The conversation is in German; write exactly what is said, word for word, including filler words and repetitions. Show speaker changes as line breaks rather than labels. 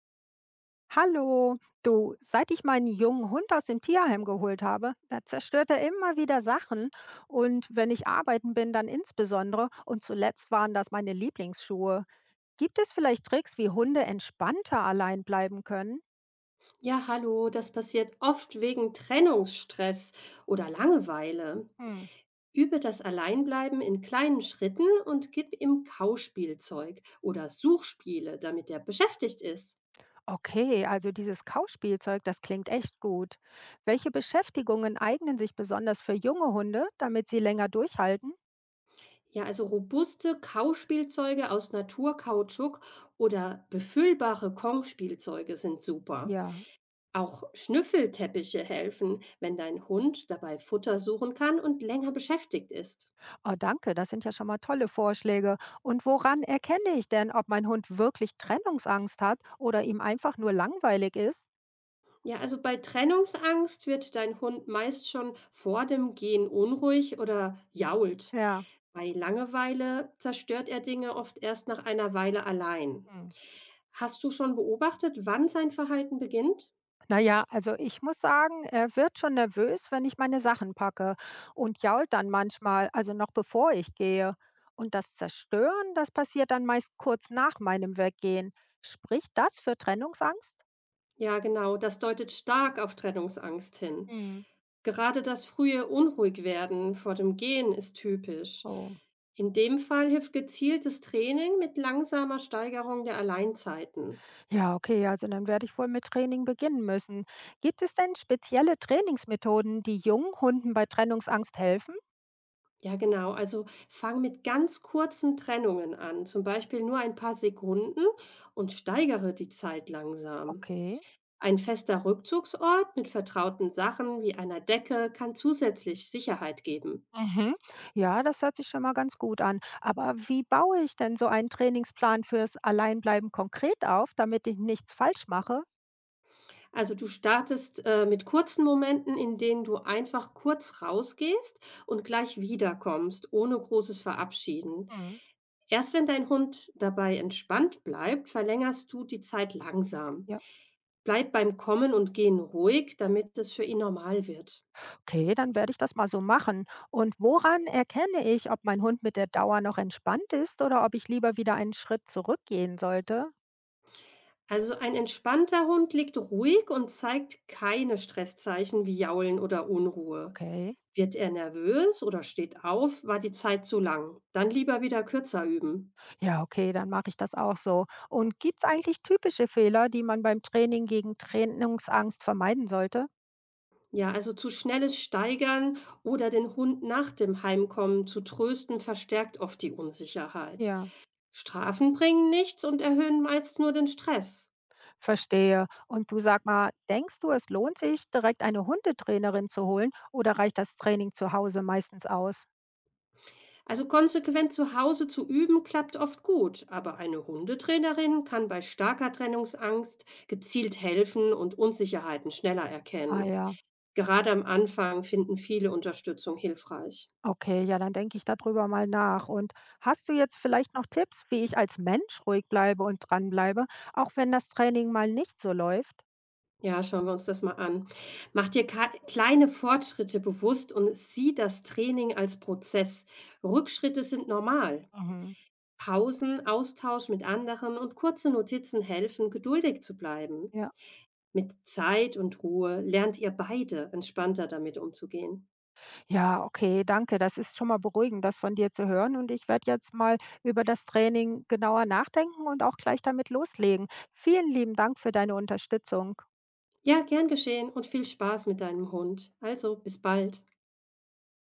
Hallo, du, seit ich meinen jungen Hund aus dem Tierheim geholt habe, da zerstört er immer wieder Sachen. Und wenn ich arbeiten bin, dann insbesondere. Und zuletzt waren das meine Lieblingsschuhe. Gibt es vielleicht Tricks, wie Hunde entspannter allein bleiben können?
Ja, hallo, das passiert oft wegen Trennungsstress oder Langeweile.
Hm.
Übe das Alleinbleiben in kleinen Schritten und gib ihm Kauspielzeug oder Suchspiele, damit er beschäftigt ist.
Okay, also dieses Kauspielzeug, das klingt echt gut. Welche Beschäftigungen eignen sich besonders für junge Hunde, damit sie länger durchhalten?
Ja, also robuste Kauspielzeuge aus Naturkautschuk oder befüllbare Kongspielzeuge sind super.
Ja.
Auch Schnüffelteppiche helfen, wenn dein Hund dabei Futter suchen kann und länger beschäftigt ist.
Oh, danke, das sind ja schon mal tolle Vorschläge. Und woran erkenne ich denn, ob mein Hund wirklich Trennungsangst hat oder ihm einfach nur langweilig ist?
Ja, also bei Trennungsangst wird dein Hund meist schon vor dem Gehen unruhig oder jault.
Ja.
Bei Langeweile zerstört er Dinge oft erst nach einer Weile allein.
Hm.
Hast du schon beobachtet, wann sein Verhalten beginnt?
Naja, also ich muss sagen, er wird schon nervös, wenn ich meine Sachen packe und jault dann manchmal, also noch bevor ich gehe. Und das Zerstören, das passiert dann meist kurz nach meinem Weggehen. Spricht das für Trennungsangst?
Ja, genau, das deutet stark auf Trennungsangst hin.
Hm.
Gerade das frühe Unruhigwerden vor dem Gehen ist typisch.
Oh.
In dem Fall hilft gezieltes Training mit langsamer Steigerung der Alleinzeiten.
Ja, okay, also dann werde ich wohl mit Training beginnen müssen. Gibt es denn spezielle Trainingsmethoden, die jungen Hunden bei Trennungsangst helfen?
Ja, genau. Also fang mit ganz kurzen Trennungen an, zum Beispiel nur ein paar Sekunden, und steigere die Zeit langsam.
Okay.
Ein fester Rückzugsort mit vertrauten Sachen wie einer Decke kann zusätzlich Sicherheit geben.
Mhm. Ja, das hört sich schon mal ganz gut an. Aber wie baue ich denn so einen Trainingsplan fürs Alleinbleiben konkret auf, damit ich nichts falsch mache?
Also du startest äh, mit kurzen Momenten, in denen du einfach kurz rausgehst und gleich wiederkommst, ohne großes Verabschieden.
Hm.
Erst wenn dein Hund dabei entspannt bleibt, verlängerst du die Zeit langsam.
Ja,
Bleib beim Kommen und Gehen ruhig, damit es für ihn normal wird.
okay, dann werde ich das mal so machen. Und woran erkenne ich, ob mein Hund mit der Dauer noch entspannt ist oder ob ich lieber wieder einen Schritt zurückgehen sollte?
Also ein entspannter Hund liegt ruhig und zeigt keine Stresszeichen wie Jaulen oder Unruhe.
Okay.
Wird er nervös oder steht auf, war die Zeit zu lang. Dann lieber wieder kürzer üben.
Ja, okay, dann mache ich das auch so. Und gibt's eigentlich typische Fehler, die man beim Training gegen Trainingsangst vermeiden sollte?
Ja, also zu schnelles Steigern oder den Hund nach dem Heimkommen zu trösten, verstärkt oft die Unsicherheit.
Ja,
Strafen bringen nichts und erhöhen meist nur den Stress.
verstehe. Und du, sag mal, denkst du, es lohnt sich, direkt eine Hundetrainerin zu holen oder reicht das Training zu Hause meistens aus?
Also konsequent zu Hause zu üben, klappt oft gut, aber eine Hundetrainerin kann bei starker Trennungsangst gezielt helfen und Unsicherheiten schneller
Ah
erkennen.
ja,
Gerade am Anfang finden viele Unterstützung hilfreich.
okay, ja, dann denke ich darüber mal nach. Und hast du jetzt vielleicht noch Tipps, wie ich als Mensch ruhig bleibe und dranbleibe, auch wenn das Training mal nicht so läuft?
Ja, schauen wir uns das mal an. Mach dir ka- kleine Fortschritte bewusst und sieh das Training als Prozess. Rückschritte sind normal.
Mhm.
Pausen, Austausch mit anderen und kurze Notizen helfen, geduldig zu bleiben.
Ja.
Mit Zeit und Ruhe lernt ihr beide entspannter damit umzugehen.
Ja, okay, danke. Das ist schon mal beruhigend, das von dir zu hören. Und ich werde jetzt mal über das Training genauer nachdenken und auch gleich damit loslegen. Vielen lieben Dank für deine Unterstützung.
Ja, gern geschehen und viel Spaß mit deinem Hund. Also, bis bald.